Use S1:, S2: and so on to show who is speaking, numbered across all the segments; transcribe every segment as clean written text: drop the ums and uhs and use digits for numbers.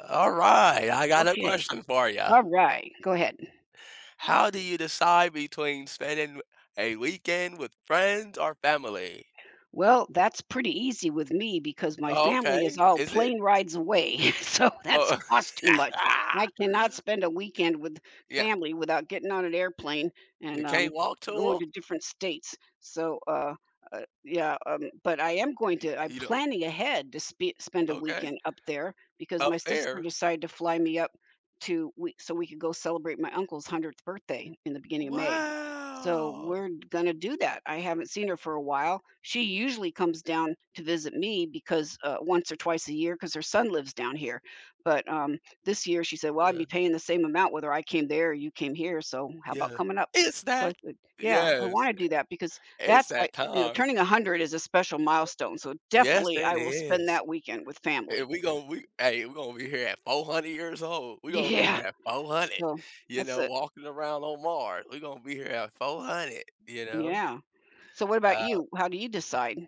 S1: All right, I got a
S2: Okay.
S1: question for you.
S2: All right. Go ahead.
S1: How do you decide between spending a weekend with friends or family?
S2: Well, that's pretty easy with me because my
S1: Oh,
S2: family is
S1: okay.
S2: all
S1: Is it?
S2: plane rides away. So that's
S1: Oh,
S2: cost too much. I cannot spend a weekend with
S1: yeah.
S2: family without getting on an airplane and
S1: You
S2: um,
S1: can't walk to
S2: going
S1: them?
S2: to different states. So, yeah, but I am going
S1: You,
S2: to, I'm
S1: you know,
S2: planning ahead to spend a
S1: okay.
S2: weekend up there because
S1: Up
S2: my sister
S1: there.
S2: decided to fly me up so we could go celebrate my uncle's 100th birthday in the beginning of May. So
S1: Wow.
S2: we're gonna do that. I haven't seen her for a while. She usually comes down to visit me because once or twice a year because her son lives down here. But this year she said, "Well, I'd be
S1: Yeah.
S2: paying the same amount whether I came there or you came here. So how about
S1: Yeah.
S2: coming up?"
S1: It's
S2: So
S1: that.
S2: I said, "Yeah, I want
S1: Yes.
S2: to do that because
S1: It's
S2: that's I,
S1: that
S2: you know
S1: time.
S2: turning 100 is a special milestone. So
S1: Yes,
S2: definitely I
S1: it
S2: will spend
S1: is.
S2: that weekend with
S1: Hey,
S2: family."
S1: we gonna be here at 400 years old. We gonna be here
S2: Yeah.
S1: at 400,
S2: So
S1: you
S2: that's
S1: know,
S2: it.
S1: walking around on Mars. We gonna be here at 400, you know?
S2: Yeah. So what about
S1: Uh,
S2: you? How do you decide?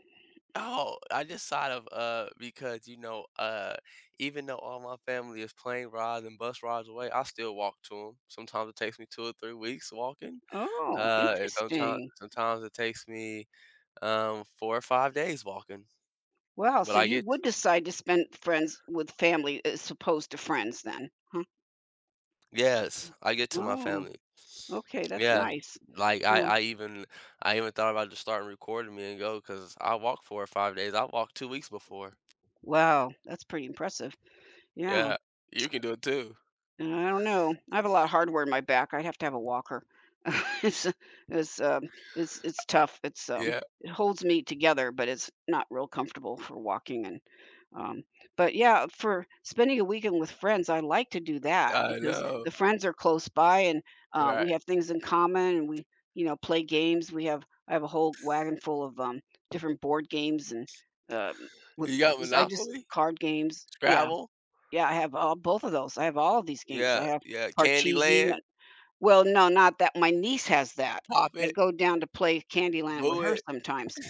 S1: oh, I just thought of, because, you know, even though all my family is plane rides and bus rides away, I still walk to them. Sometimes it takes me 2 or 3 weeks walking,
S2: Oh,
S1: and sometime
S2: interesting.
S1: sometimes it takes me, 4 or 5 days walking,
S2: Wow,
S1: but
S2: so
S1: I
S2: you
S1: get.
S2: would decide to spend friends with family as opposed to friends then, huh?
S1: Yes, I get to my
S2: Oh,
S1: family.
S2: okay, that's
S1: Yeah,
S2: nice.
S1: like, I
S2: Yeah.
S1: I even. I even thought about just starting recording me and go, cause I walked 4 or 5 days, I walked 2 weeks before.
S2: Wow, that's pretty impressive. Yeah.
S1: Yeah, you can do it too.
S2: And I don't know. I have a lot of hardware in my back. I'd have to have a walker. It's it's, um, it's tough. It's,
S1: Yeah,
S2: it holds me together, but it's not real comfortable for walking and, um but yeah, for spending a weekend with friends, I like to do that
S1: I
S2: because
S1: know,
S2: the friends are close by and,
S1: right.
S2: we have things in common and we play games. We have I have a whole wagon full of, different board games and, um, with
S1: You got
S2: I just
S1: Monopoly,
S2: card games. Yeah.
S1: Scrabble,
S2: Yeah, I have all both of those. I have all of these games. I
S1: yeah,
S2: have
S1: yeah,
S2: Parcheesi, m
S1: Candyland,
S2: well, no, not that my niece has that.
S1: Pop
S2: I
S1: It,
S2: go down to play Candyland with
S1: Boo
S2: her
S1: It,
S2: sometimes.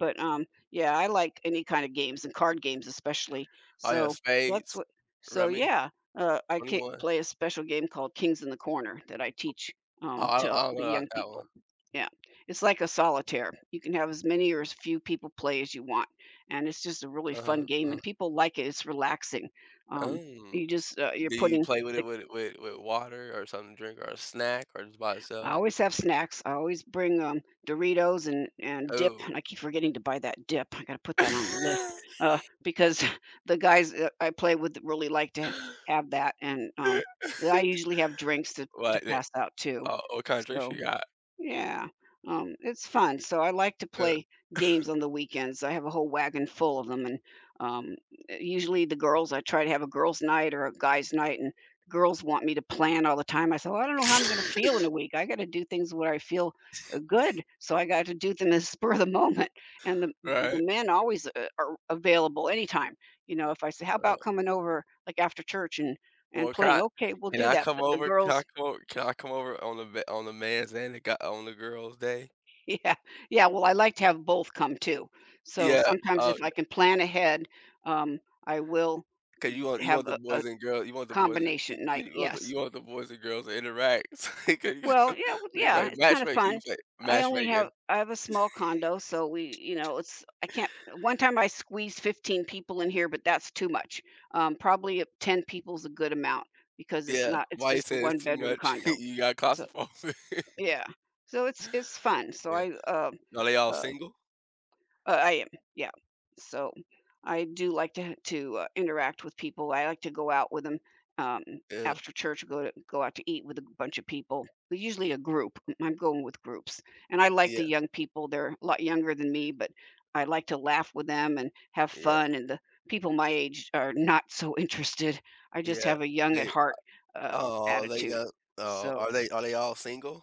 S2: But yeah, I like any kind of games and card games especially.
S1: oh yeah,
S2: So, that's
S1: Spades,
S2: what so,
S1: Rummy,
S2: I ca
S1: 21.
S2: play a special game called Kings in the Corner that I teach,
S1: Oh, I don't
S2: to
S1: I don't know
S2: the
S1: about
S2: young
S1: that one.
S2: people. Yeah. It's like a solitaire. You can have as many or as few people play as you want, and it's just a really
S1: Uh huh.
S2: fun
S1: Uh-huh,
S2: game,
S1: uh-huh.
S2: and people like it, it's relaxing. Um,
S1: Oh.
S2: you just, you're
S1: Do you
S2: putting
S1: play with it with water or something to drink or a snack or just by
S2: I
S1: itself?
S2: always have snacks. I always bring, Doritos and dip, and
S1: Oh.
S2: I keep forgetting to buy that dip. I gotta put that on the list, because the guys that I play with really like to have that, and, I usually have drinks to
S1: What they
S2: pass out too.
S1: what kind of drinks
S2: So
S1: you got?
S2: yeah, it's fun. So I like to
S1: Uh
S2: play games on the weekends. I have a whole wagon full of them, and um, usually the girls, I try to have a girls' night or a guys' night, and girls want me to plan all the time. I said, well, I don't know how I'm going to feel in a week. I got to do things where I feel good, so I got to do them as spur of the moment. And the
S1: Right,
S2: men always are available anytime. You know, if I say, how about
S1: right.
S2: coming over like after church and
S1: Well, can
S2: playing?
S1: I
S2: Okay, we'll
S1: can
S2: do
S1: I
S2: that.
S1: come
S2: But the
S1: over? Can
S2: girls.
S1: I come over? Can I come over on the ma on the man's and the guy on the girl's day?
S2: Yeah. Yeah, well, I like to have both come too. So
S1: Yeah,
S2: sometimes if I can plan ahead, um, I will
S1: Cause you want you
S2: have
S1: want the
S2: a
S1: boys and girls. You want the boys and you
S2: combination night,
S1: you you want the,
S2: yes.
S1: you want the boys and girls to interact, so you could you
S2: Well,
S1: could,
S2: yeah, well,
S1: you
S2: yeah,
S1: play
S2: it's kind of
S1: matchmaking,
S2: fun.
S1: you play matchmaking.
S2: I have a small condo, so we you know, it's I can't one time I squeezed 15 people in here, but that's too much. Probably 10 people's a good amount because it's
S1: Yeah,
S2: not it's
S1: why you
S2: just a
S1: say it's too
S2: one-bedroom
S1: much?
S2: condo.
S1: You got
S2: So,
S1: claustrophobia?
S2: yeah. So it's fun. So
S1: Yeah.
S2: I,
S1: Are they all
S2: uh
S1: single?
S2: I am, yeah. So, I do like to interact with people. I like to go out with 'em, um,
S1: Yeah,
S2: after church, go to go out to eat with a bunch of people, but usually a group. I'm going with groups, and I like
S1: yeah,
S2: the young people. They're a lot younger than me, but I like to laugh with them and have
S1: yeah,
S2: fun, and the people my age are not so interested. I just
S1: yeah.
S2: have a young at
S1: They
S2: heart, uh,
S1: aw, they
S2: attitude.
S1: got. Oh,
S2: So
S1: are they all single?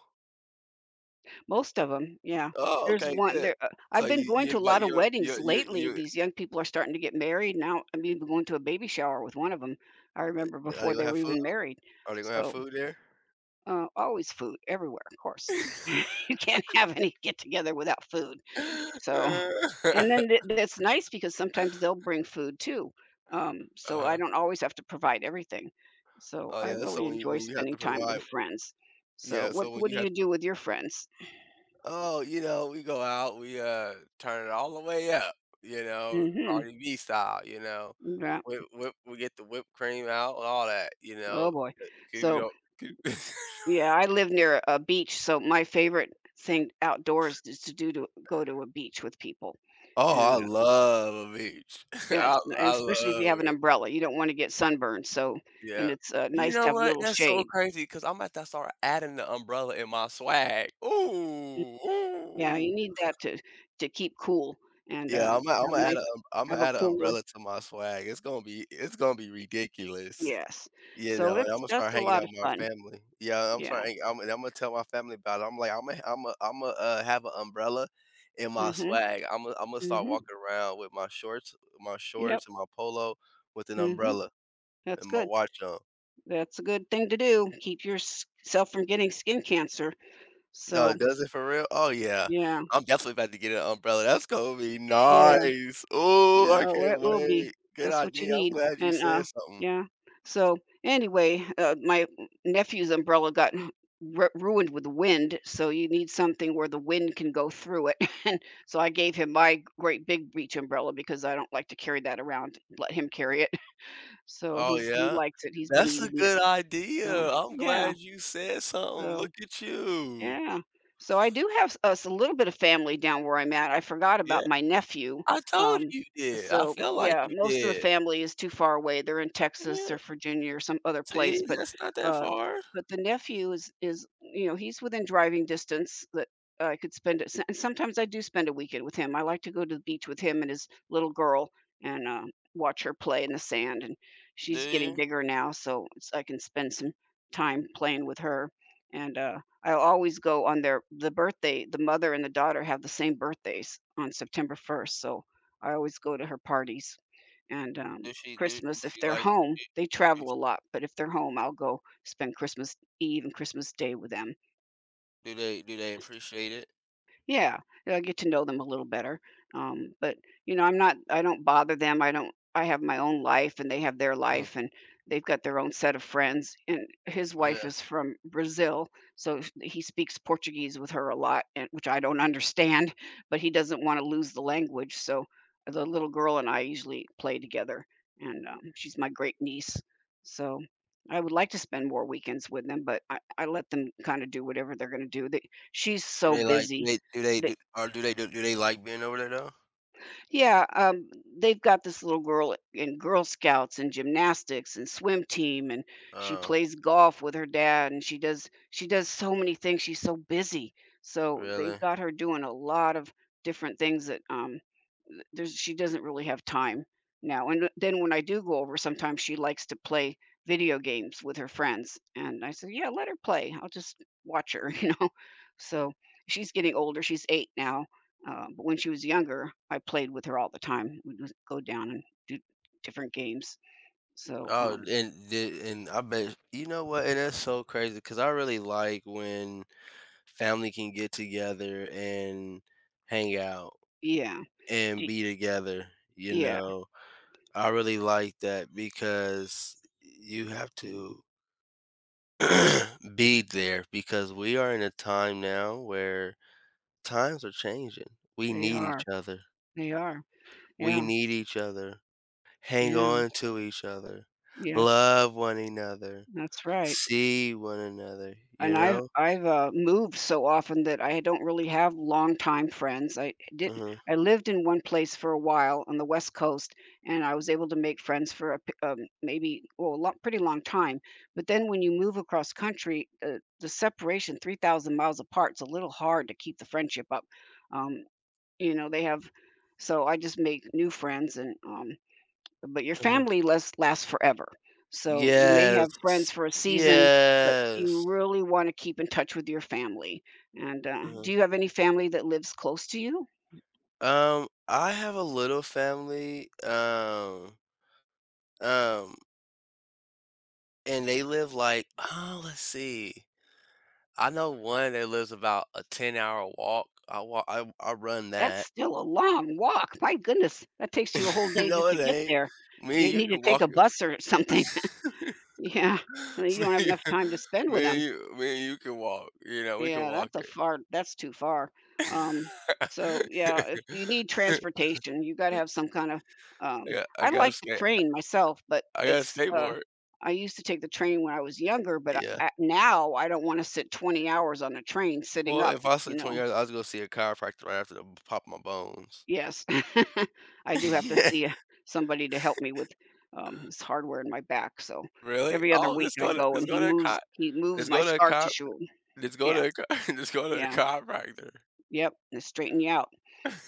S2: most of them, yeah.
S1: Oh,
S2: There's
S1: okay,
S2: one
S1: good.
S2: there
S1: So
S2: I've been
S1: you
S2: going
S1: you
S2: to a
S1: invite
S2: lot of
S1: you you
S2: weddings
S1: you
S2: lately,
S1: you
S2: these young people are starting to get married now, I'm even going to a baby shower with one of them. I remember
S1: are they
S2: before
S1: gonna
S2: they were
S1: have food?
S2: even married.
S1: Are they gonna have
S2: So,
S1: food there?
S2: always food everywhere, of course. You can't have any get-together without food, so and then th that's nice because sometimes they'll bring food too, so I
S1: Uh-huh.
S2: don't always have to provide everything. So,
S1: Oh,
S2: I
S1: yeah,
S2: really
S1: so when you
S2: enjoy
S1: when you have
S2: spending
S1: to
S2: time
S1: provide,
S2: with friends. So,
S1: yeah, so when
S2: what do
S1: you have.
S2: you do with your friends?
S1: Oh, you know, we go out, we, turn it all the way up, you know,
S2: Mhm,
S1: Cardi B style, you know,
S2: yeah.
S1: whip, whip, we get the whipped cream out and all that, you
S2: Oh
S1: know,
S2: boy.
S1: 'cause you
S2: So,
S1: don't 'cause
S2: yeah, I live near a beach, so my favorite thing outdoors is to do to go to a beach with people.
S1: Oh, I
S2: And
S1: love a beach.
S2: that's and
S1: I
S2: especially if you
S1: love
S2: have
S1: a
S2: an
S1: good
S2: umbrella, you don't want to get sunburned. So, and
S1: yeah.
S2: it's
S1: You
S2: nice to
S1: know
S2: have a
S1: what?
S2: little
S1: That's so
S2: shade.
S1: crazy because 'cause I'm about to start adding the umbrella in my swag.
S2: Mm,
S1: Ooh,
S2: yeah, you
S1: ooh.
S2: need that to keep cool and
S1: Yeah, Imma
S2: have
S1: Imma add
S2: nice
S1: ai am going
S2: have
S1: to
S2: a
S1: add an
S2: cooler.
S1: umbrella to my swag. It's gonna be ridiculous.
S2: Yes.
S1: You
S2: So
S1: know, and
S2: it's
S1: Imma start
S2: that's a
S1: hanging
S2: lot
S1: out
S2: of
S1: with my
S2: fun.
S1: family. Yeah, I'm
S2: Yeah.
S1: sorry, I'm and Imma tell my family about it. I'm like, "Imma have an umbrella in my
S2: Mhm.
S1: swag. Imma start
S2: Mhm.
S1: walking around with my
S2: Yep.
S1: shorts and my polo with an
S2: Mhm.
S1: umbrella
S2: That's
S1: and my
S2: good.
S1: watch on."
S2: That's a good thing to do. Keep yourself from getting skin cancer.
S1: No,
S2: So,
S1: does it for real? Oh, yeah.
S2: yeah,
S1: I'm definitely about to get an umbrella. That's gonna be
S2: yeah,
S1: nice. Oh, I
S2: yeah, well,
S1: can't
S2: it will be.
S1: wait. Good
S2: That's what you
S1: idea. I'm
S2: need,
S1: glad you
S2: and,
S1: said something.
S2: yeah. So, anyway, my nephew's umbrella got ru ruined with the wind, so you need something where the wind can go through it, and so I gave him my great big beach umbrella because I don't like to carry that around, let him carry it. So
S1: Oh,
S2: he
S1: yeah?
S2: likes it, he's been
S1: That's a
S2: using it.
S1: good
S2: So,
S1: idea. I'm
S2: yeah,
S1: glad you said something.
S2: so
S1: Look at you.
S2: Yeah. So I do have us a little bit of family down where I'm at. I forgot about
S1: Yeah,
S2: my nephew.
S1: I told
S2: Um,
S1: you you did. I
S2: so
S1: feel like
S2: yeah,
S1: you
S2: most of the
S1: did.
S2: family is too far away. They're in Texas
S1: Yeah,
S2: or Virginia or some other place,
S1: see, that's not that
S2: uh,
S1: far.
S2: but the nephew is you know he's within driving distance that I could spend it. And sometimes I do spend a weekend with him. I like to go to the beach with him and his little girl and watch her play in the sand. And
S1: Do
S2: she's getting
S1: you?
S2: bigger now, so it's, I can spend some time playing with her and I always go on the mother and the daughter have the same birthdays on September 1st, so I always go to her parties. And,
S1: Does she do, do
S2: Christmas, if
S1: she
S2: they're
S1: like
S2: home
S1: it?
S2: they
S1: Do
S2: travel
S1: sh,
S2: a lot, but if they're home, I'll go spend Christmas Eve and Christmas Day with them.
S1: do they appreciate it?
S2: Yeah, yeah, I get to know them a little better. But I don't bother them. I don't I have my own life and they have their
S1: Mm,
S2: life and they've got their own set of friends. And his
S1: yeah.
S2: wife is from Brazil, so he speaks Portuguese with her a lot, and which I don't understand, but he doesn't want to lose the language. So the little girl and I usually play together, and she's my great niece. So I would like to spend more weekends with them, but I let them kind of do whatever they're going to do. She's
S1: Do
S2: so
S1: they like, do
S2: busy
S1: they do they
S2: they
S1: do or do they do do they like being over there though?
S2: yeah, they've got this little girl in Girl Scouts and gymnastics and swim team, and she
S1: Oh,
S2: plays golf with her dad, and she does so many things, she's so busy. So, they've
S1: really?
S2: got her doing a lot of different things that, there's she doesn't really have time now. And then when I do go over, sometimes she likes to play video games with her friends, and I said, "Yeah, let her play. I'll just watch her," you know. So she's getting older. She's 8 now, but when she was younger, I played with her all the time. We'd just go down and do different games. So
S1: Oh, and the, and I bet you know what? And that's so crazy because I really like when family can get together and hang out
S2: yeah,
S1: and
S2: D-
S1: be together, you
S2: yeah,
S1: know? I really like that because you have to be there because we are in a time now where times are changing. We
S2: they
S1: need each
S2: are,
S1: other.
S2: they are,
S1: We
S2: yeah,
S1: need each other. Hang
S2: yeah,
S1: on to each other.
S2: yes,
S1: Love one another.
S2: that's right.
S1: See one another, you
S2: And
S1: know?
S2: I've, moved so often that I don't really have longtime friends. I did
S1: Uh-huh.
S2: I lived in one place for a while on the West Coast, and I was able to make friends for a p maybe, well, a lo pretty long time. But then when you move across country, the separation 3,000 miles apart, it's a little hard to keep the friendship up. Um, you know, they have so I just make new friends and but your
S1: Uh-huh.
S2: family lasts forever. So you may have friends
S1: Yes.
S2: for a season, but you
S1: Yes.
S2: really wanna keep in touch with your family.
S1: Uh-huh.
S2: Do you have any family that lives close to you?
S1: I have a little family. Um, And they live like, oh, let's see. I know one that lives about a 10-hour walk. I run
S2: That's
S1: that.
S2: still a long walk. My goodness, that takes you a whole day
S1: No,
S2: just to
S1: it
S2: get
S1: ain't.
S2: there.
S1: Me
S2: You
S1: and you
S2: need to
S1: can
S2: take
S1: walk
S2: a
S1: it.
S2: bus or something. Yeah, and you don't have enough time to spend with
S1: Me and you me and
S2: them.
S1: you me and you can walk, you know, we can
S2: Yeah,
S1: walk it.
S2: that's too far. Um, so yeah, if you need transportation, you gotta have some kind of, um
S1: Yeah, I
S2: I
S1: got a
S2: like the
S1: skate
S2: train myself, but
S1: I got a skateboard.
S2: I used to take the train when I was younger, but
S1: Yeah.
S2: I now I don't wanna sit 20 hours on a train sitting
S1: Well,
S2: up,
S1: if I
S2: you
S1: said 20
S2: know?
S1: hours, I was gonna see a chiropractor right after the pop my bones.
S2: Yes. I do have to
S1: Yeah.
S2: see a somebody to help me with this hardware in my back, so
S1: Really?
S2: every other
S1: Oh,
S2: week I go
S1: let's
S2: and he
S1: go to a
S2: moves
S1: chi
S2: he moves
S1: let's
S2: my
S1: go to a
S2: scar
S1: chi
S2: tissue.
S1: just go
S2: Yeah.
S1: to a chi just go to a
S2: Yeah,
S1: chiropractor.
S2: yep, and it straighten you out.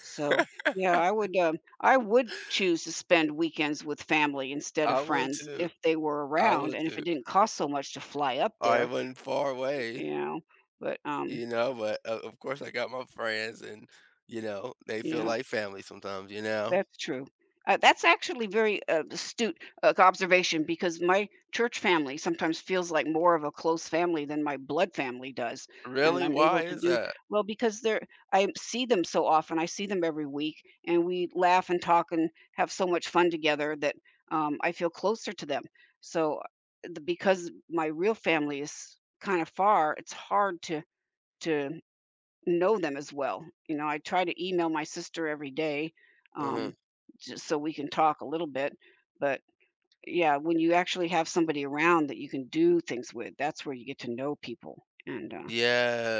S2: So, yeah, I would choose to spend weekends with family instead of
S1: I would
S2: friends
S1: too.
S2: if they were
S1: I
S2: around
S1: would
S2: and if it
S1: too.
S2: didn't cost so much to fly up
S1: I
S2: there,
S1: wasn't far away,
S2: you know, but, um,
S1: you know, but, o of course, I got my friends and, you know, they feel
S2: yeah.
S1: like family sometimes, you know?
S2: That's true. That's actually very astute observation because my church family sometimes feels like more of a close family than my blood family does, and
S1: Really?
S2: I'm
S1: Why
S2: able to
S1: is
S2: do
S1: that?
S2: well because they're I see them so often. I see them every week, and we laugh and talk and have so much fun together that I feel closer to them. So, because my real family is kind of far, it's hard to know them as well. You know, I try to email my sister every day,
S1: Uh
S2: um,
S1: huh.
S2: just so we can talk a little bit. But yeah, when you actually have somebody around that you can do things with, that's where you get to know people and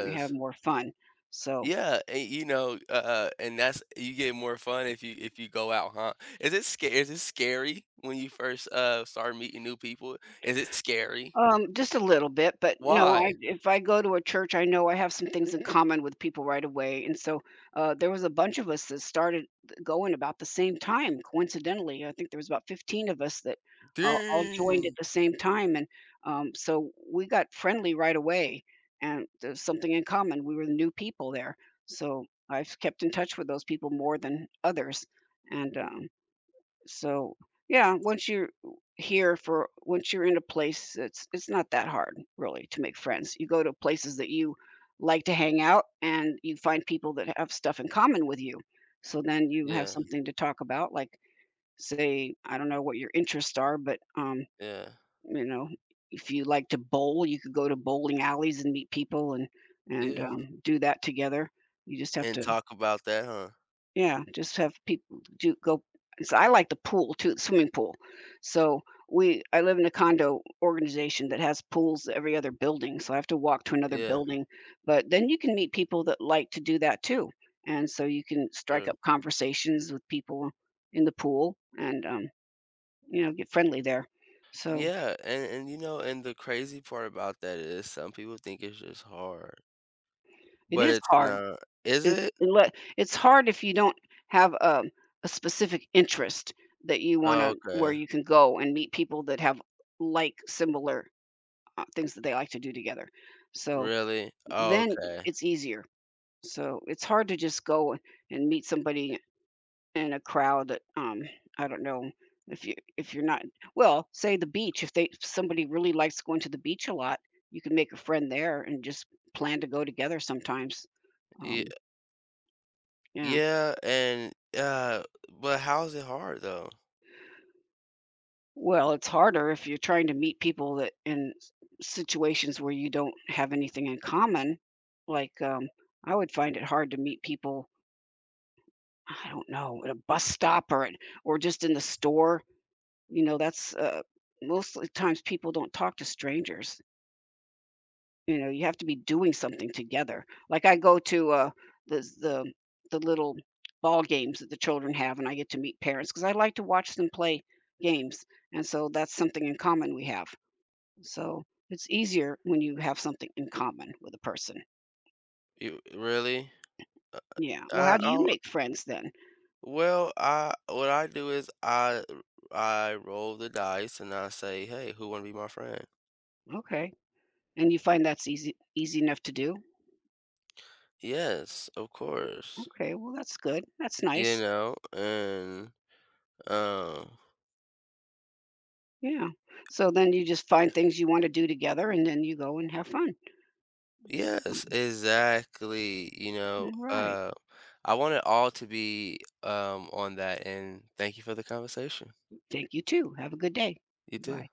S2: and have more fun. So
S1: Yeah, and, you know, and that's, you get more fun if you go out, huh? Is it scary when you first, start meeting new people? Is it scary?
S2: Just a little bit, but no, I
S1: Why?
S2: if I go to a church, I know I have some things in common with people right away, and so, there was a bunch of us that started going about the same time, coincidentally. I think there was about 15 of us that all joined
S1: Dang.
S2: at the same time, and so we got friendly right away, and there's something in common. We were new people there, so I've kept in touch with those people more than others, and so, yeah, once you're in a place, it's not that hard really to make friends. You go to places that you like to hang out and you find people that have stuff in common with you. So then you have
S1: Yeah,
S2: something to talk about, like say, I don't know what your interests are, but
S1: yeah.
S2: you know, if you like to bowl, you could go to bowling alleys and meet people and and
S1: Yeah,
S2: um, do that together. You just have
S1: and
S2: to
S1: talk about that, huh?
S2: yeah, just have people do go. So I like the pool too, the swimming pool. So, we I live in a condo organization that has pools every other building, so I have to walk to another
S1: Yeah,
S2: building, but then you can meet people that like to do that too, and so you can strike
S1: sure.
S2: up conversations with people in the pool and you know, get friendly there. So,
S1: Yeah, and, you know, and the crazy part about that is some people think it's just hard,
S2: it
S1: but
S2: is
S1: it's
S2: hard.
S1: not. Is
S2: It
S1: it?
S2: it it's hard if you don't have a specific interest that you
S1: Oh,
S2: wanna where
S1: okay.
S2: you can go and meet people that have like similar things that they like to do together. So,
S1: Really? Oh,
S2: then
S1: okay.
S2: it's easier. So, it's hard to just go and meet somebody in a crowd that, I don't know, if you're not well, say the beach, if somebody really likes going to the beach a lot, you can make a friend there and just plan to go together sometimes.
S1: Yeah,
S2: Um, yeah.
S1: yeah, and, but how is it hard, though?
S2: Well, it's harder if you're trying to meet people that in s situations where you don't have anything in common. Like, um, I would find it hard to meet people, I don't know, at a bus stop or at or just in the store. You know, most of the times people don't talk to strangers. You know, you have to be doing something together. Like, I go to, the the the little ball games that the children have, and I get to meet parents because I like to watch them play games, and so that's something in common we have. So it's easier when you have something in common with a person.
S1: You really?
S2: Yeah. Well, how do you
S1: I'll
S2: make friends then?
S1: Well, I what I do is I roll the dice and I say, "Hey, who wanna be my friend?"
S2: Okay. And you find that's easy enough to do?
S1: Yes, of course.
S2: Okay, well that's good. That's
S1: You
S2: nice.
S1: know, and Um,
S2: Yeah. So then you just find things you want to do together and then you go and have fun. So,
S1: yes, exactly. You know,
S2: all right.
S1: I want it all to be on that, and thank you for the conversation.
S2: Thank you too. Have a good day.
S1: You too.
S2: Bye.